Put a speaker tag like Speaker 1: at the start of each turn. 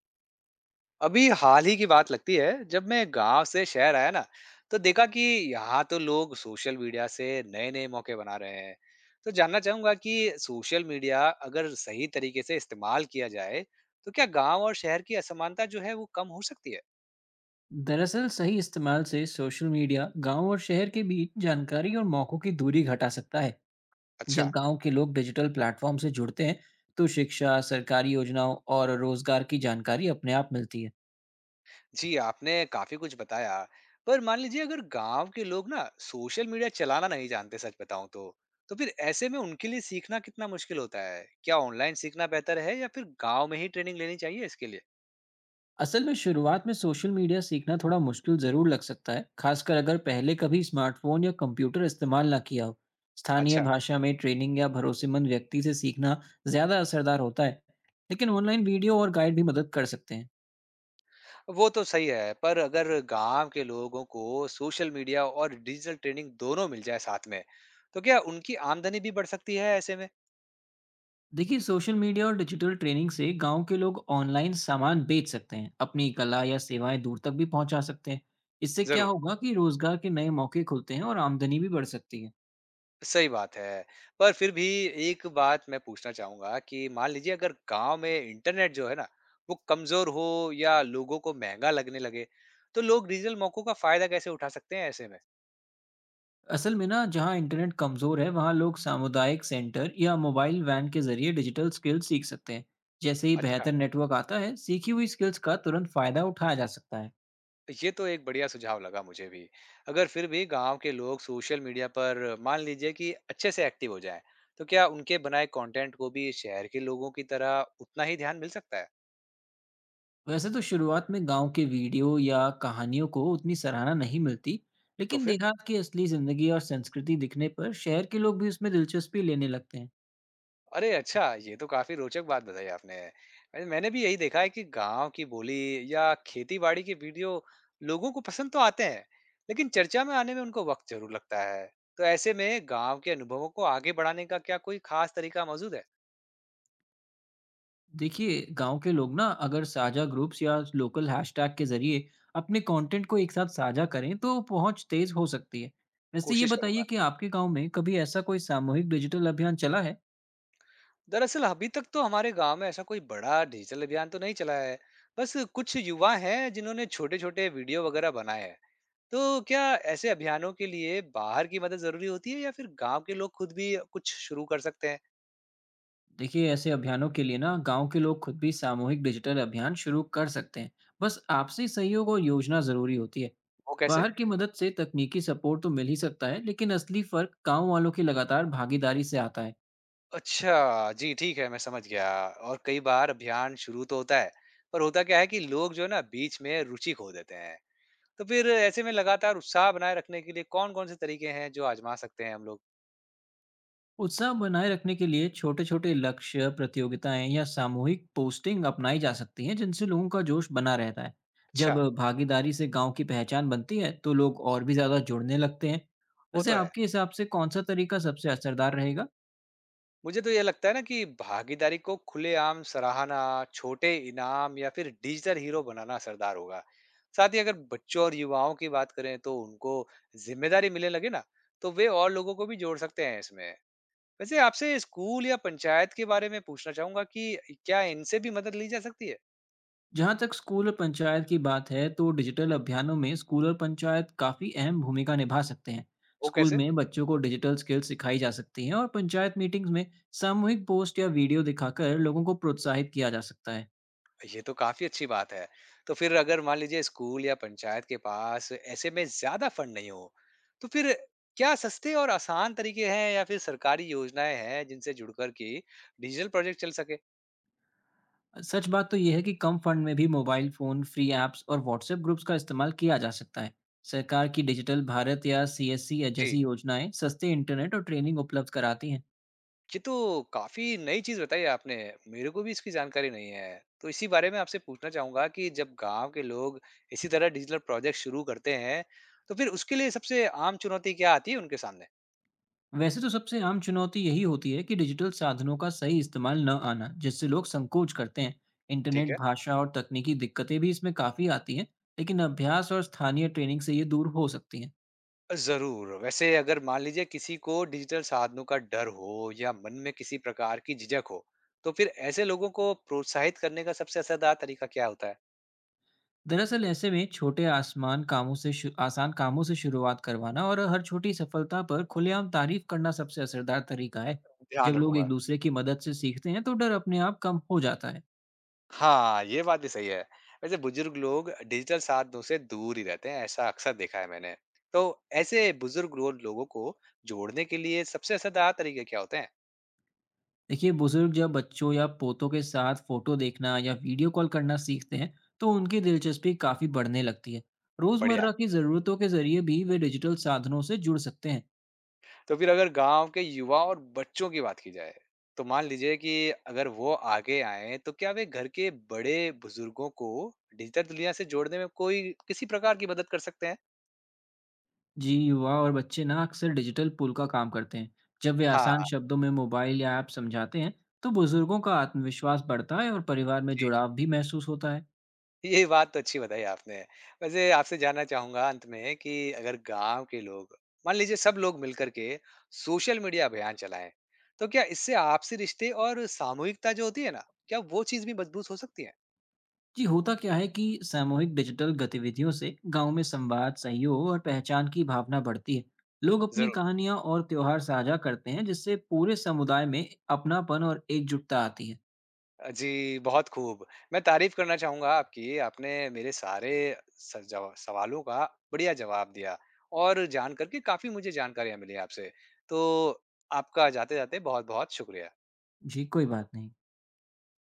Speaker 1: अभी हाल ही की बात लगती है जब मैं गांव से शहर आया ना। तो देखा कि यहाँ तो लोग सोशल मीडिया से नए नए मौके बना रहे हैं। तो जानना चाहूंगा कि सोशल मीडिया अगर सही तरीके से इस्तेमाल किया जाए तो क्या गांव और शहर की असमानता जो है वो कम हो सकती है।
Speaker 2: दरअसल सही इस्तेमाल से सोशल मीडिया गांव और शहर के बीच जानकारी और मौकों की दूरी घटा सकता है। जब
Speaker 1: अच्छा।
Speaker 2: गांव के लोग डिजिटल प्लेटफॉर्म से जुड़ते हैं तो शिक्षा सरकारी योजनाओं और रोजगार की जानकारी अपने आप मिलती है।
Speaker 1: जी, आपने काफी कुछ बताया। पर मान लीजिए अगर गांव के लोग ना सोशल मीडिया चलाना नहीं जानते, सच बताऊं तो फिर ऐसे में उनके लिए सीखना कितना मुश्किल होता है? क्या ऑनलाइन सीखना बेहतर है या फिर गांव में ही ट्रेनिंग लेनी चाहिए इसके लिए?
Speaker 2: असल में शुरुआत में सोशल मीडिया सीखना थोड़ा मुश्किल ज़रूर लग सकता है, खासकर अगर पहले कभी स्मार्टफोन या कंप्यूटर इस्तेमाल ना किया हो। स्थानीय
Speaker 1: अच्छा।
Speaker 2: भाषा में ट्रेनिंग या भरोसेमंद व्यक्ति से सीखना ज़्यादा असरदार होता है, लेकिन ऑनलाइन वीडियो और गाइड भी मदद कर सकते हैं।
Speaker 1: वो तो सही है, पर अगर गाँव के लोगों को सोशल मीडिया और डिजिटल ट्रेनिंग दोनों मिल जाए साथ में, तो क्या उनकी आमदनी भी बढ़ सकती है ऐसे में?
Speaker 2: देखिए, सोशल मीडिया और डिजिटल ट्रेनिंग से गांव के लोग ऑनलाइन सामान बेच सकते हैं, अपनी कला या सेवाएं दूर तक भी पहुंचा सकते हैं। इससे क्या
Speaker 1: ज़रूर,
Speaker 2: होगा कि रोजगार के नए मौके खुलते हैं और आमदनी भी बढ़ सकती है।
Speaker 1: सही बात है। पर फिर भी एक बात मैं पूछना चाहूँगा कि मान लीजिए अगर गाँव में इंटरनेट जो है ना, वो कमज़ोर हो या लोगों को महँगा लगने लगे, तो लोग डिजिटल मौकों का फ़ायदा कैसे उठा सकते हैं ऐसे में?
Speaker 2: असल में ना, जहां इंटरनेट कमजोर है वहां लोग सामुदायिक सेंटर या मोबाइल वैन के जरिए डिजिटल स्किल्स सीख सकते हैं। जैसे ही
Speaker 1: अच्छा।
Speaker 2: बेहतर नेटवर्क आता है, सीखी हुई स्किल्स का तुरंत फायदा उठाया जा सकता है।
Speaker 1: ये तो एक बढ़िया सुझाव लगा मुझे भी। अगर फिर भी गाँव के लोग सोशल मीडिया पर मान लीजिए कि अच्छे से एक्टिव हो जाएँ, तो क्या उनके बनाए कंटेंट को भी शहर के लोगों की तरह उतना ही ध्यान मिल सकता है?
Speaker 2: वैसे तो शुरुआत में गांव के वीडियो या कहानियों को उतनी सराहना नहीं मिलती,
Speaker 1: तो
Speaker 2: लेकिन
Speaker 1: फिर?
Speaker 2: देहात की असली जिंदगी और संस्कृति दिखने पर शहर के लोग भी उसमें दिलचस्पी लेने लगते हैं।
Speaker 1: अरे अच्छा, ये तो काफ़ी रोचक बात बताई आपने। अरे, मैंने भी यही देखा है कि गाँव की बोली या खेती-बाड़ी के वीडियो लोगों को पसंद तो आते हैं, लेकिन चर्चा में आने में उनको वक़्त ज़रूर लगता है। तो ऐसे में गाँव के अनुभवों को आगे बढ़ाने का क्या कोई ख़ास तरीका मौजूद है?
Speaker 2: देखिए, गांव के लोग ना, अगर साझा ग्रुप्स या लोकल हैशटैग के जरिए अपने कंटेंट को एक साथ साझा करें, तो पहुंच तेज हो सकती है। वैसे ये
Speaker 1: कोशिश
Speaker 2: बताइए
Speaker 1: करूँगा।
Speaker 2: कि आपके गांव में कभी ऐसा कोई सामूहिक डिजिटल अभियान चला है?
Speaker 1: दरअसल अभी तक तो हमारे गांव में ऐसा कोई बड़ा डिजिटल अभियान तो नहीं चला है। बस कुछ युवा हैं जिन्होंने छोटे छोटे वीडियो वगैरह बनाए हैं। तो क्या ऐसे अभियानों के लिए बाहर की मदद जरूरी होती है या फिर गांव के लोग खुद भी कुछ शुरू कर सकते हैं?
Speaker 2: देखिए, ऐसे अभियानों के लिए ना गांव के लोग खुद भी सामूहिक डिजिटल अभियान शुरू कर सकते हैं। बस आपसी सहयोग और योजना जरूरी होती है।
Speaker 1: वो कैसे?
Speaker 2: बाहर की मदद से तकनीकी सपोर्ट तो मिल ही सकता है, लेकिन असली फर्क गांव वालों की लगातार भागीदारी से आता है।
Speaker 1: अच्छा जी, ठीक है, मैं समझ गया। और कई बार अभियान शुरू तो होता है, पर होता क्या है कि लोग जो है ना बीच में रुचि खो देते हैं। तो फिर ऐसे में लगातार उत्साह बनाए रखने के लिए कौन कौन से तरीके हैं जो आजमा सकते हैं हम लोग?
Speaker 2: उत्साह बनाए रखने के लिए छोटे छोटे लक्ष्य, प्रतियोगिताएं या सामूहिक पोस्टिंग अपनाई जा सकती हैं, जिनसे लोगों का जोश बना रहता है।
Speaker 1: अच्छा।
Speaker 2: जब भागीदारी से गांव की पहचान बनती है तो लोग और भी ज्यादा जुड़ने लगते हैं।
Speaker 1: वो
Speaker 2: वैसे
Speaker 1: तो है।
Speaker 2: आपके हिसाब से कौन सा तरीका सबसे असरदार रहेगा?
Speaker 1: मुझे तो ये लगता है ना कि भागीदारी को खुलेआम सराहना, छोटे इनाम या फिर डिजिटल हीरो बनाना असरदार होगा। साथ ही अगर बच्चों और युवाओं की बात करें तो उनको जिम्मेदारी मिलने लगे ना, तो वे और लोगों को भी जोड़ सकते हैं इसमें। वैसे आपसे स्कूल या पंचायत के बारे में पूछना चाहूंगा कि क्या इनसे भी मदद ली जा सकती है?
Speaker 2: जहाँ तक स्कूल और पंचायत की बात है, तो डिजिटल अभियानों में स्कूल और पंचायत काफ़ी अहम भूमिका निभा सकते हैं।
Speaker 1: वो
Speaker 2: स्कूल
Speaker 1: कैसे?
Speaker 2: में बच्चों को डिजिटल स्किल्स सिखाई जा सकती हैं, और पंचायत मीटिंग्स में सामूहिक पोस्ट या वीडियो दिखाकर लोगों को प्रोत्साहित किया जा सकता है।
Speaker 1: ये तो काफी अच्छी बात है। तो फिर अगर मान लीजिए स्कूल या पंचायत के पास ऐसे में ज्यादा फंड नहीं हो, तो फिर क्या सस्ते और आसान तरीके हैं या फिर सरकारी योजनाएं हैं जिनसे जुड़कर के डिजिटल प्रोजेक्ट चल सके?
Speaker 2: सच बात तो यह है कि कम फंड में भी मोबाइल फ़ोन, फ्री ऐप्स और व्हाट्सएप ग्रुप्स का इस्तेमाल किया जा सकता है। सरकार की डिजिटल भारत या CSC
Speaker 1: जी।
Speaker 2: जैसी योजनाएं सस्ते इंटरनेट और ट्रेनिंग उपलब्ध कराती हैं।
Speaker 1: ये तो काफी नई चीज बताई आपने। मेरे को भी इसकी जानकारी नहीं है। तो इसी बारे में आपसे पूछना चाहूंगा कि जब गांव के लोग इसी तरह डिजिटल प्रोजेक्ट शुरू करते हैं, तो फिर उसके लिए सबसे आम चुनौती क्या आती है उनके सामने?
Speaker 2: वैसे तो सबसे आम चुनौती यही होती है कि डिजिटल साधनों का सही इस्तेमाल न आना, जिससे लोग संकोच करते हैं।
Speaker 1: ठीक
Speaker 2: इंटरनेट,
Speaker 1: है।
Speaker 2: भाषा और तकनीकी दिक्कतें भी इसमें काफ़ी आती हैं, लेकिन अभ्यास और स्थानीय ट्रेनिंग से ये दूर हो सकती हैं।
Speaker 1: ज़रूर। वैसे अगर मान लीजिए किसी को डिजिटल साधनों का डर हो या मन में किसी प्रकार की झिझक हो, तो फिर ऐसे लोगों को प्रोत्साहित करने का सबसे असरदार तरीका क्या होता है?
Speaker 2: दरअसल ऐसे में छोटे आसमान कामों से शु- आसान कामों से शुरुआत करवाना और हर छोटी सफलता पर खुलेआम तारीफ करना सबसे असरदार तरीका है।
Speaker 1: ध्यान
Speaker 2: जब लोग एक
Speaker 1: रखूँगा।
Speaker 2: दूसरे की मदद से सीखते हैं तो डर अपने आप कम हो जाता है।
Speaker 1: हाँ, ये बात भी सही है। वैसे बुजुर्ग लोग डिजिटल साधनों से दूर ही रहते हैं, ऐसा अक्सर देखा है मैंने। तो ऐसे बुजुर्ग लो लोगों को जोड़ने के लिए सबसे असरदार तरीके क्या होते हैं?
Speaker 2: देखिए, बुजुर्ग जब बच्चों या पोतों के साथ फोटो देखना या वीडियो कॉल करना सीखते हैं, तो उनकी दिलचस्पी काफी बढ़ने लगती है।
Speaker 1: बढ़िया।
Speaker 2: रोजमर्रा की जरूरतों के जरिए भी वे डिजिटल साधनों से जुड़ सकते हैं।
Speaker 1: तो फिर अगर गाँव के युवा और बच्चों की बात की जाए, तो मान लीजिए कि अगर वो आगे आएँ, तो क्या वे घर के बड़े-बुजुर्गों को डिजिटल दुनिया से जोड़ने में कोई किसी प्रकार की मदद कर सकते हैं?
Speaker 2: जी, युवा और बच्चे ना अक्सर डिजिटल पुल का काम करते हैं। जब वे
Speaker 1: हाँ,
Speaker 2: आसान शब्दों में मोबाइल या ऐप समझाते हैं, तो बुजुर्गों का आत्मविश्वास बढ़ता है और परिवार में
Speaker 1: जी।
Speaker 2: जुड़ाव भी महसूस होता है।
Speaker 1: ये बात तो अच्छी बताई आपने। वैसे आपसे जानना चाहूँगा अंत में कि अगर गाँव के लोग, मान लीजिए सब लोग मिलकर के सोशल मीडिया अभियान चलाएँ, तो क्या इससे आपसी रिश्ते और सामूहिकता जो होती है ना, क्या वो चीज़ भी मजबूत हो सकती है?
Speaker 2: जी, होता क्या है कि सामूहिक डिजिटल गतिविधियों से गांव में संवाद, सहयोग और पहचान की भावना बढ़ती है। लोग अपनी
Speaker 1: ज़रूर।
Speaker 2: कहानियां और त्योहार साझा करते हैं, जिससे पूरे समुदाय में अपनापन और एकजुटता आती है।
Speaker 1: जी, बहुत खूब। मैं तारीफ़ करना चाहूँगा आपकी, आपने मेरे सारे स जवा सवालों का बढ़िया जवाब दिया और जान कर के काफ़ी मुझे जानकारियाँ मिली आपसे। तो आपका जाते-जाते बहुत-बहुत शुक्रिया।
Speaker 2: जी, कोई बात नहीं।